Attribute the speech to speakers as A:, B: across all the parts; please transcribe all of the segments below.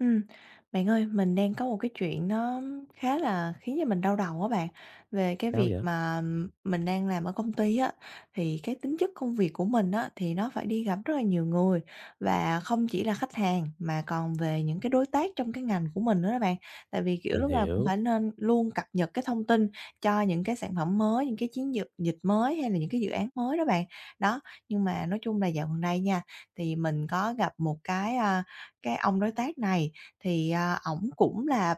A: Ừm, bạn ơi, mình đang có một cái chuyện nó khá là khiến cho mình đau đầu á bạn. Về cái
B: Sao
A: việc
B: vậy?
A: mà mình đang làm ở công ty á, thì cái tính chất công việc của mình á, thì nó phải đi gặp rất là nhiều người và không chỉ là khách hàng mà còn về những cái đối tác trong cái ngành của mình nữa đó bạn. Tại vì, kiểu,
B: Mình
A: lúc nào cũng
B: hiểu.
A: phải nên luôn cập nhật cái thông tin cho những cái sản phẩm mới, những cái chiến dược dịch mới hay là những cái dự án mới đó bạn. Đó, nhưng mà nói chung là dạo gần đây nha, thì mình có gặp một cái, cái ông đối tác này thì, ổng cũng là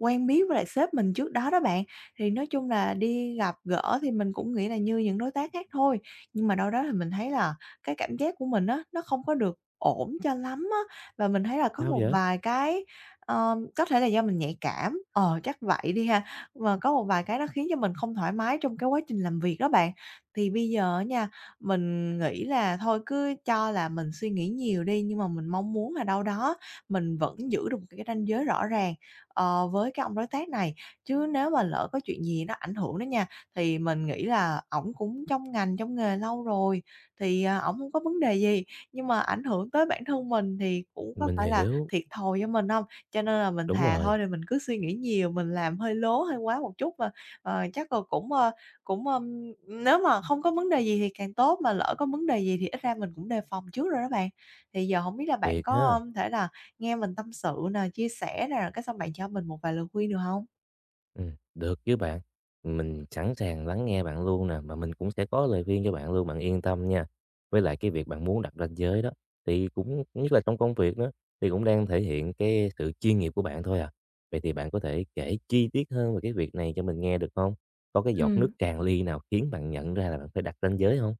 A: quen biết với lại sếp mình trước đó đó bạn, thì nói chung là đi gặp gỡ thì mình cũng nghĩ là như những đối tác khác thôi, nhưng mà đâu đó thì mình thấy là cái cảm giác của mình á, nó không có được ổn cho lắm á, và mình thấy là có
B: Sao
A: một
B: vậy?
A: vài cái, ờ, có thể là do mình nhạy cảm, ờ, chắc vậy đi ha, và có một vài cái nó khiến cho mình không thoải mái trong cái quá trình làm việc đó bạn. Thì bây giờ nha, mình nghĩ là thôi cứ cho là mình suy nghĩ nhiều đi, nhưng mà mình mong muốn là đâu đó mình vẫn giữ được một cái ranh giới rõ ràng, ờ, với cái ông đối tác này. Chứ nếu mà lỡ có chuyện gì nó ảnh hưởng đó nha, thì mình nghĩ là ổng cũng trong ngành, trong nghề lâu rồi, thì, ổng không có vấn đề gì, nhưng mà ảnh hưởng tới bản thân mình thì cũng có
B: Mình
A: phải là
B: hiểu.
A: thiệt thòi cho mình không? Cho nên là mình
B: Đúng
A: thà thôi
B: rồi,
A: thì mình cứ suy nghĩ nhiều, mình làm hơi lố, hơi quá một chút mà, ờ, chắc là cũng, ờ, cũng, nếu mà không có vấn đề gì thì càng tốt, mà lỡ có vấn đề gì thì ít ra mình cũng đề phòng trước rồi đó bạn. Thì giờ không biết là bạn
B: thiệt
A: có,
B: ha.
A: ưm, thể là nghe mình tâm sự nè, chia sẻ nè, cái xong bạn cho mình một vài lời khuyên được không?
B: Được chứ bạn. Mình sẵn sàng lắng nghe bạn luôn nè, mà mình cũng sẽ có lời khuyên cho bạn luôn, bạn yên tâm nha. Với lại cái việc bạn muốn đặt ranh giới đó, thì cũng nhất là trong công việc đó, thì cũng đang thể hiện cái sự chuyên nghiệp của bạn thôi à. Vậy thì bạn có thể kể chi tiết hơn về cái việc này cho mình nghe được không? Có cái giọt nước tràn ly nào khiến bạn nhận ra là bạn phải đặt ranh giới không?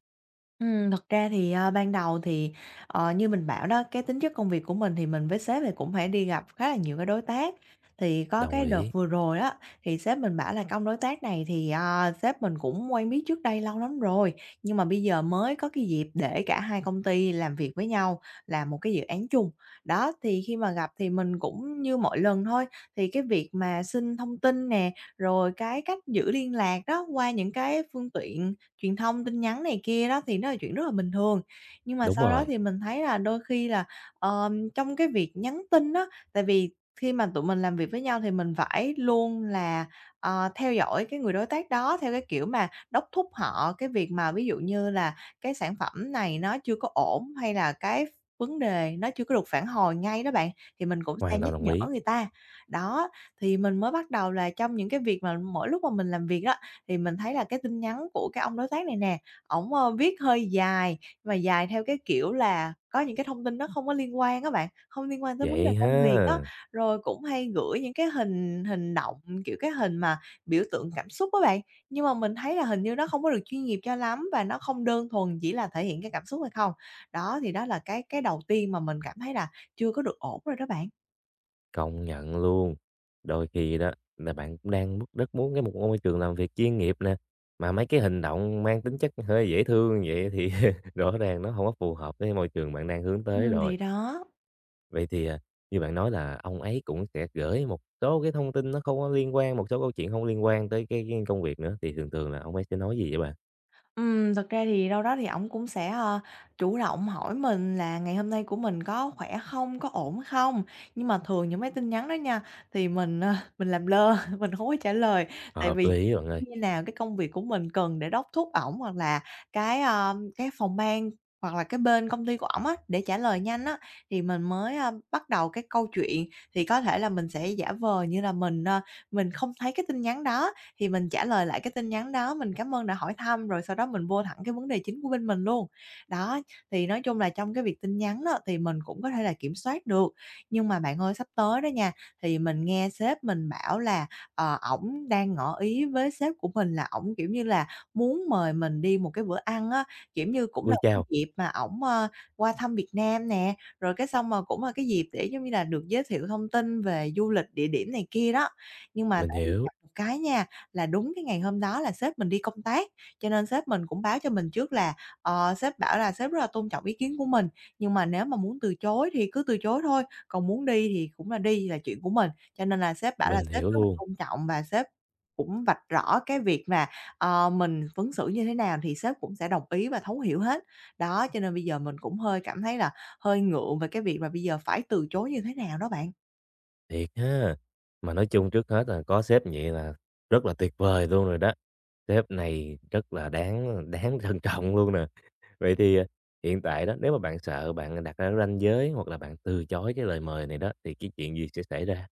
A: Thật ra thì, ờ, ban đầu thì, ờ, như mình bảo đó, cái tính chất công việc của mình thì mình với sếp thì cũng phải đi gặp khá là nhiều cái đối tác. Thì có
B: Đồng
A: cái đợt
B: ý.
A: vừa rồi á, thì sếp mình bảo là "Công đối tác này thì, ờ, sếp mình cũng quen biết trước đây lâu lắm rồi, nhưng mà bây giờ mới có cái dịp để cả hai công ty làm việc với nhau, làm một cái dự án chung." Đó, thì khi mà gặp thì mình cũng như mọi lần thôi, thì cái việc mà xin thông tin nè, rồi cái cách giữ liên lạc đó qua những cái phương tiện truyền thông, tin nhắn này kia đó thì nó là chuyện rất là bình thường. Nhưng mà
B: Đúng
A: sau đó
B: rồi,
A: thì mình thấy là đôi khi là, trong cái việc nhắn tin đó tại vì khi mà tụi mình làm việc với nhau thì mình phải luôn là, ờ, theo dõi cái người đối tác đó theo cái kiểu mà đốc thúc họ cái việc mà ví dụ như là cái sản phẩm này nó chưa có ổn, hay là cái vấn đề nó chưa có được phản hồi ngay đó bạn, thì mình cũng sẽ
B: hoàn
A: nhắc
B: toàn đồng
A: nhở
B: ý.
A: người ta. Đó, thì mình mới bắt đầu là trong những cái việc mà mỗi lúc mà mình làm việc đó thì mình thấy là cái tin nhắn của cái ông đối tác này nè, ổng, ơ, viết hơi dài, mà dài theo cái kiểu là có những cái thông tin nó không có liên quan á bạn, không liên quan tới vấn đề
B: Vậy
A: công
B: ha.
A: việc á. Rồi cũng hay gửi những cái hình hình động, kiểu, cái hình mà biểu tượng cảm xúc á bạn, nhưng mà mình thấy là hình như nó không có được chuyên nghiệp cho lắm và nó không đơn thuần chỉ là thể hiện cái cảm xúc hay không. Đó, thì đó là cái đầu tiên mà mình cảm thấy là chưa có được ổn rồi đó bạn.
B: Công nhận luôn. Đôi khi đó là bạn cũng đang rất rất muốn cái một môi trường làm việc chuyên nghiệp nè, mà mấy cái hành động mang tính chất hơi dễ thương vậy thì rõ ràng nó không có phù hợp với môi trường bạn đang hướng tới rồi.
A: Thì đó.
B: Vậy thì, như bạn nói là ông ấy cũng sẽ gửi một số cái thông tin nó không có liên quan, một số câu chuyện không liên quan tới cái công việc nữa, thì thường thường là ông ấy sẽ nói gì vậy bạn?
A: Thực ra thì đâu đó thì ổng cũng sẽ, ờ, chủ động hỏi mình là "Ngày hôm nay của mình có khỏe không? Có ổn không?" Nhưng mà thường những mấy tin nhắn đó nha, thì mình, ờ, mình làm lơ, mình không có trả lời, tại
B: Hợp
A: vì
B: lý bạn ơi.
A: như nào cái công việc của mình cần để đốc thúc ổng hoặc là cái, ờ, cái phòng ban hoặc là cái bên công ty của ổng á, để trả lời nhanh á, thì mình mới, a, bắt đầu cái câu chuyện. Thì có thể là mình sẽ giả vờ như là mình, ờ, mình không thấy cái tin nhắn đó, thì mình trả lời lại cái tin nhắn đó, mình cảm ơn đã hỏi thăm, rồi sau đó mình vô thẳng cái vấn đề chính của bên mình luôn. Đó, thì nói chung là trong cái việc tin nhắn đó thì mình cũng có thể là kiểm soát được. Nhưng mà bạn ơi, sắp tới đó nha, thì mình nghe sếp mình bảo là, ờ, ổng đang ngỏ ý với sếp của mình là ổng, kiểu như là, muốn mời mình đi một cái bữa ăn á, kiểu như, cũng là
B: Ôi
A: cái
B: chao!
A: dịp mà ổng, ờ, qua thăm Việt Nam nè, rồi cái xong mà cũng là cái dịp để, giống như là, được giới thiệu thông tin về du lịch, địa điểm này kia đó. Nhưng mà
B: Mình
A: tại vì gặp
B: hiểu,
A: một cái nha là đúng cái ngày hôm đó là sếp mình đi công tác, cho nên sếp mình cũng báo cho mình trước là, ờ, sếp bảo là sếp rất là tôn trọng ý kiến của mình, nhưng mà nếu mà muốn từ chối thì cứ từ chối thôi, còn muốn đi thì cũng là đi, là chuyện của mình. Cho nên là sếp bảo là
B: mình
A: sếp
B: hiểu
A: rất là
B: luôn.
A: tôn trọng và sếp cũng vạch rõ cái việc là, ờ, mình ứng xử như thế nào thì sếp cũng sẽ đồng ý và thấu hiểu hết. Đó, cho nên bây giờ mình cũng hơi cảm thấy là hơi ngượng về cái việc mà bây giờ phải từ chối như thế nào đó bạn.
B: Thiệt ha! Mà nói chung trước hết là có sếp vậy là rất là tuyệt vời luôn rồi đó. Sếp này rất là đáng đáng trân trọng luôn nè. Vậy thì, hiện tại đó, nếu mà bạn sợ bạn đặt ra ranh giới hoặc là bạn từ chối cái lời mời này đó, thì cái chuyện gì sẽ xảy ra?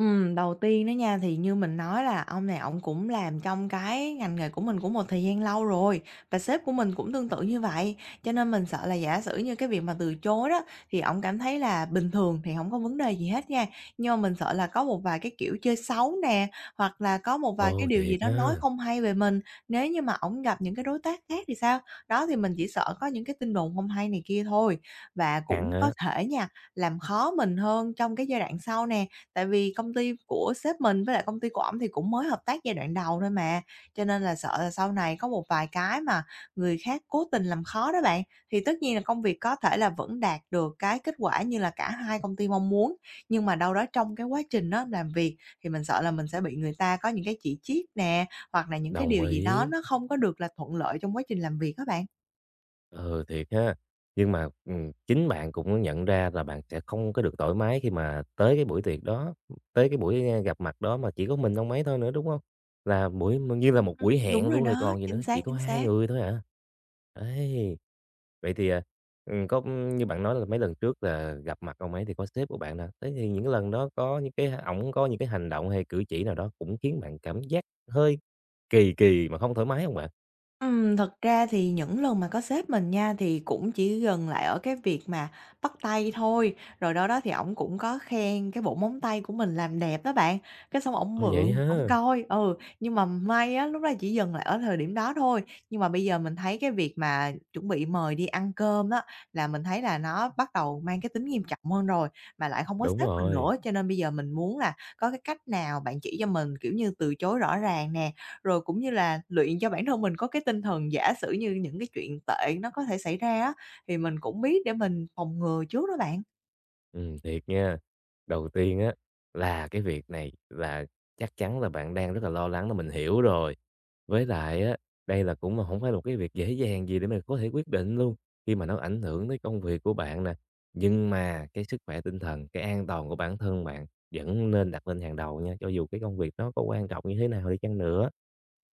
A: Đầu tiên đó nha, thì như mình nói là ông này ông cũng làm trong cái ngành nghề của mình cũng một thời gian lâu rồi, và sếp của mình cũng tương tự như vậy. Cho nên mình sợ là giả sử như cái việc mà từ chối đó, thì ông cảm thấy là bình thường thì không có vấn đề gì hết nha. Nhưng mà mình sợ là có một vài cái kiểu chơi xấu nè, hoặc là có một vài cái
B: Ồ,
A: điều gì
B: thiệt
A: đó nói
B: ha!
A: không hay về mình, nếu như mà ổng gặp những cái đối tác khác thì sao? Đó, thì mình chỉ sợ có những cái tin đồn không hay này kia thôi. Và
B: Căng
A: cũng có
B: á,
A: thể nha, làm khó mình hơn trong cái giai đoạn sau nè. Tại vì công ty của sếp mình với lại công ty của ổng thì cũng mới hợp tác giai đoạn đầu thôi mà, cho nên là sợ là sau này có một vài cái mà người khác cố tình làm khó đó bạn, thì tất nhiên là công việc có thể là vẫn đạt được cái kết quả như là cả hai công ty mong muốn. Nhưng mà đâu đó trong cái quá trình á làm việc thì mình sợ là mình sẽ bị người ta có những cái chỉ trích nè, hoặc là những cái
B: đồng
A: điều gì đó
B: ý.
A: nó không có được là thuận lợi trong quá trình làm việc các bạn.
B: Ừ, thiệt ha. Nhưng mà, chính bạn cũng nhận ra là bạn sẽ không có được thoải mái khi mà tới cái buổi tiệc đó, tới cái buổi, gặp mặt đó mà chỉ có mình ông ấy thôi nữa, đúng không? Là buổi m như là một
A: Ừm.
B: buổi
A: Đúng
B: hẹn
A: rồi
B: luôn rồi
A: đó,
B: còn gì
A: chính
B: nữa, chỉ
A: xác,
B: có
A: chính
B: hai
A: xác.
B: người thôi à. Đấy, vậy thì, có như bạn nói là mấy lần trước là gặp mặt ông ấy thì có sếp của bạn nè, thế thì những lần đó có những cái ổng có những cái hành động hay cử chỉ nào đó cũng khiến bạn cảm giác hơi kỳ kỳ mà không thoải mái không bạn?
A: Thật ra thì những lần mà có sếp mình nha, thì cũng chỉ dừng lại ở cái việc mà bắt tay thôi, rồi đâu đó thì ổng cũng có khen cái bộ móng tay của mình làm đẹp đó bạn, cái xong ổng
B: Ồ, vậy
A: mượn, ổng
B: ha,
A: coi, ừ, nhưng mà may á, lúc đó chỉ dừng lại ở thời điểm đó thôi. Nhưng mà bây giờ mình thấy cái việc mà chuẩn bị mời đi ăn cơm á, là mình thấy là nó bắt đầu mang cái tính nghiêm trọng hơn rồi, mà lại không có
B: đúng
A: sếp mình
B: rồi.
A: nữa, cho nên bây giờ mình muốn là có cái cách nào bạn chỉ cho mình, kiểu như, từ chối rõ ràng nè, rồi cũng như là luyện cho bản thân mình có cái tinh thần giả sử như những cái chuyện tệ nó có thể xảy ra á, thì mình cũng biết để mình phòng ngừa trước đó bạn.
B: Thiệt nha. Đầu tiên á, là cái việc này là chắc chắn là bạn đang rất là lo lắng là mình hiểu rồi. Với lại á, đây là cũng là không phải là một cái việc dễ dàng gì để mà có thể quyết định luôn, khi mà nó ảnh hưởng tới công việc của bạn nè. Nhưng mà cái sức khỏe tinh thần, cái an toàn của bản thân bạn vẫn nên đặt lên hàng đầu nha, cho dù cái công việc nó có quan trọng như thế nào đi chăng nữa.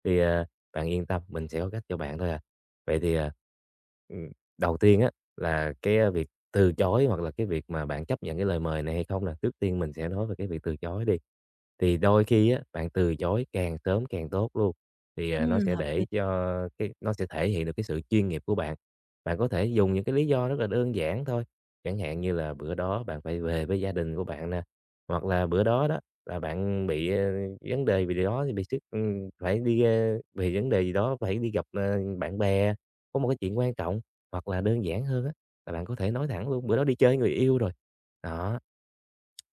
B: Thì, bạn yên tâm, mình sẽ có cách cho bạn thôi à. Vậy thì, ừm, đầu tiên á, là việc từ chối hoặc là cái việc mà bạn chấp nhận cái lời mời này hay không là trước tiên mình sẽ nói về cái việc từ chối đi. Thì đôi khi á, bạn từ chối càng sớm càng tốt luôn, thì, nó sẽ
A: Hợp
B: để cho cái nó sẽ thể hiện được cái sự chuyên nghiệp của bạn. Bạn có thể dùng những cái lý do rất là đơn giản thôi, chẳng hạn như là bữa đó bạn phải về với gia đình của bạn nè, hoặc là bữa đó đó là bạn bị, vấn đề về điều đó thì bị sức phải đi, vì vấn đề gì đó phải đi gặp, bạn bè, có một cái chuyện quan trọng, hoặc là đơn giản hơn á, là bạn có thể nói thẳng luôn: "Bữa đó đi chơi người yêu rồi." Đó.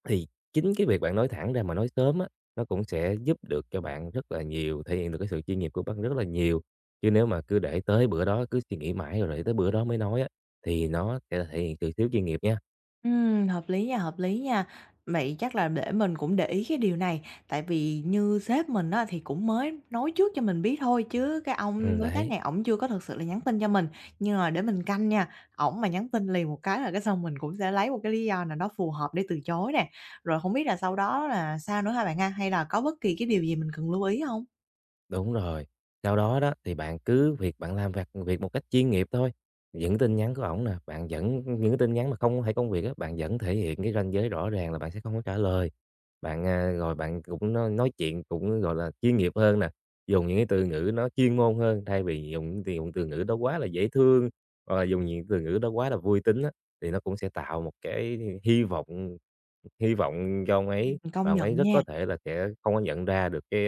B: Thì chính cái việc bạn nói thẳng ra mà nói sớm á, nó cũng sẽ giúp được cho bạn rất là nhiều, thể hiện được cái sự chuyên nghiệp của bạn rất là nhiều. Chứ nếu mà cứ để tới bữa đó, cứ suy nghĩ mãi rồi để tới bữa đó mới nói á, thì nó sẽ thể hiện sự thiếu chuyên nghiệp nha.
A: Hợp lý nha, hợp lý nha. Vậy chắc là để mình cũng để ý cái điều này, tại vì như sếp mình á, thì cũng mới nói trước cho mình biết thôi chứ cái ông đối tác
B: Đấy.
A: này ổng chưa có thực sự là nhắn tin cho mình. Nhưng mà để mình canh nha, ổng mà nhắn tin liền một cái là cái xong mình cũng sẽ lấy một cái lý do nào đó phù hợp để từ chối nè. Rồi không biết là sau đó là sao nữa hả bạn ha? Hay là có bất kỳ cái điều gì mình cần lưu ý không?
B: Đúng rồi. Sau đó đó thì bạn cứ việc bạn làm vặt việc một cách chuyên nghiệp thôi. Những tin nhắn của ổng nè, bạn vẫn những cái tin nhắn mà không phải công việc á, bạn vẫn thể hiện cái ranh giới rõ ràng là bạn sẽ không có trả lời. Bạn, rồi bạn cũng nói chuyện cũng, gọi là, chuyên nghiệp hơn nè, dùng những cái từ ngữ nó chuyên môn hơn thay vì dùng thì dùng từ ngữ đó quá là dễ thương, hoặc là dùng những từ ngữ đó quá là vui tính á, thì nó cũng sẽ tạo một cái hy vọng hy vọng cho ông ấy và
A: Công
B: ông ấy
A: nhận
B: rất
A: nha.
B: có thể là sẽ không có nhận ra được cái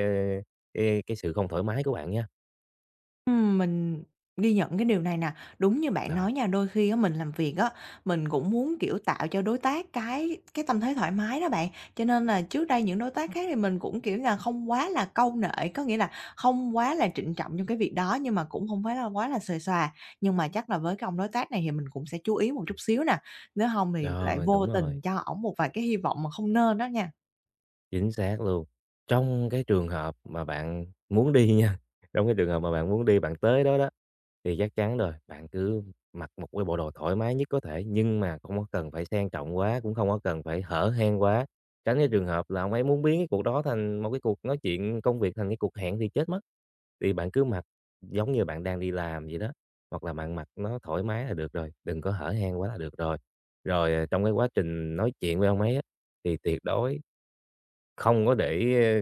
B: cái cái sự không thoải mái của bạn nhé.
A: Mình ghi nhận cái điều này nè. Đúng như bạn
B: Rồi,
A: nói nha, đôi khi á mình làm việc á, mình cũng muốn, kiểu, tạo cho đối tác cái tâm thế thoải mái đó bạn. Cho nên là trước đây những đối tác khác thì mình cũng, kiểu là, không quá là câu nệ, có nghĩa là không quá là trịnh trọng trong cái việc đó, nhưng mà cũng không phải là quá là xuề xòa. Nhưng mà chắc là với cái ông đối tác này thì mình cũng sẽ chú ý một chút xíu nè, nếu không thì lại
B: rồi,
A: vô
B: đúng rồi,
A: tình cho ổng một vài cái hy vọng mà không nên đó nha.
B: chính xác luôn. Trong cái trường hợp mà bạn muốn đi nha, trong cái trường hợp mà bạn muốn đi, bạn tới đó đó, thì chắc chắn rồi, bạn cứ mặc một cái bộ đồ thoải mái nhất có thể, nhưng mà không có cần phải sang trọng quá, cũng không có cần phải hở hang quá. Tránh cái trường hợp là ông ấy muốn biến cái cuộc đó thành một cái cuộc nói chuyện công việc, thành cái cuộc hẹn thì chết mất. Thì bạn cứ mặc giống như bạn đang đi làm vậy đó, hoặc là bạn mặc nó thoải mái là được rồi, đừng có hở hang quá là được rồi. Rồi, trong cái quá trình nói chuyện với ông ấy á, thì tuyệt đối không có để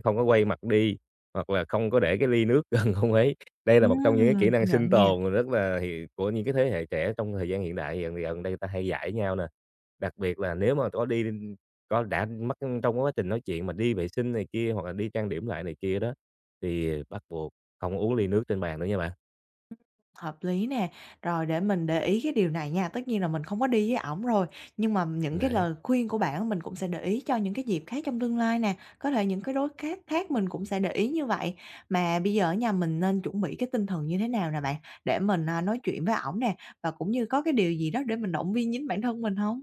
B: không có quay mặt đi, hoặc là không có để cái ly nước gần ông ấy. Đây là một trong những cái kỹ
A: Công
B: năng sinh
A: nhận nha.
B: tồn rất là hiệu của những cái thế hệ trẻ trong thời gian hiện đại, gần gần đây người ta hay dạy nhau nè. Đặc biệt là nếu mà có đi có đã mất trong quá trình nói chuyện mà đi vệ sinh này kia, hoặc là đi trang điểm lại này kia đó, thì bắt buộc không uống ly nước trên bàn nữa nha bạn.
A: Hợp lý nè, rồi để mình để ý cái điều này nha. Tất nhiên là mình không có đi với ổng rồi, nhưng mà những cái
B: Đấy.
A: lời khuyên của bạn mình cũng sẽ để ý cho những cái dịp khác trong tương lai nè. Có thể những cái đối khác khác mình cũng sẽ để ý như vậy. Mà bây giờ ở nhà mình nên chuẩn bị cái tinh thần như thế nào nè bạn? Để mình, nói chuyện với ổng nè, và cũng như có cái điều gì đó để mình động viên chính bản thân mình không?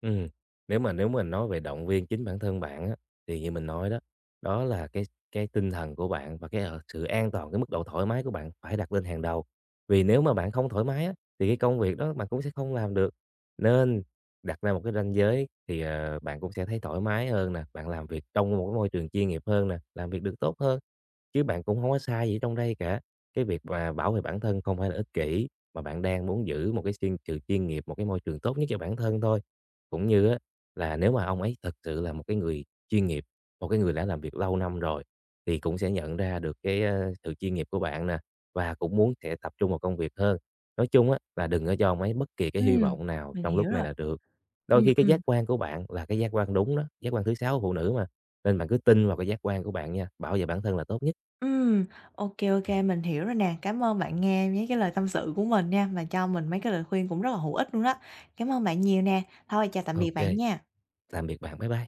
B: Ừ nếu mà mình nói về động viên chính bản thân bạn á, thì như mình nói đó, đó là cái tinh thần của bạn và cái, sự an toàn, cái mức độ thoải mái của bạn phải đặt lên hàng đầu. Vì nếu mà bạn không thoải mái á, thì cái công việc đó bạn cũng sẽ không làm được. Nên đặt ra một cái ranh giới thì, bạn cũng sẽ thấy thoải mái hơn nè, bạn làm việc trong một cái môi trường chuyên nghiệp hơn nè, làm việc được tốt hơn, chứ bạn cũng không có sai gì trong đây cả. Cái việc mà bảo vệ bản thân không phải là ích kỷ, mà bạn đang muốn giữ một cái sự chuyên nghiệp, một cái môi trường tốt nhất cho bản thân thôi. Cũng như á là nếu mà ông ấy thật sự là một cái người chuyên nghiệp, một cái người đã làm việc lâu năm rồi, thì cũng sẽ nhận ra được cái, sự chuyên nghiệp của bạn nè, và cũng muốn sẽ tập trung vào công việc hơn. Nói chung á là đừng có cho ông ấy bất kỳ cái hy
A: Ừm,
B: vọng nào
A: Mình
B: trong
A: hiểu
B: lúc này
A: rồi.
B: là được. Đôi
A: Ừm,
B: khi cái
A: ừm.
B: giác quan của bạn là cái giác quan đúng đó, giác quan thứ 6 của phụ nữ mà, nên bạn cứ tin vào cái giác quan của bạn nha, bảo vệ bản thân là tốt nhất.
A: Ừm, ok ok mình hiểu rồi nè. Cảm ơn bạn nghe mấy cái lời tâm sự của mình nha, mà cho mình mấy cái lời khuyên cũng rất là hữu ích luôn đó. Cảm ơn bạn nhiều nè. Thôi chào tạm biệt
B: Ok,
A: bạn nha.
B: tạm biệt bạn, bye bye.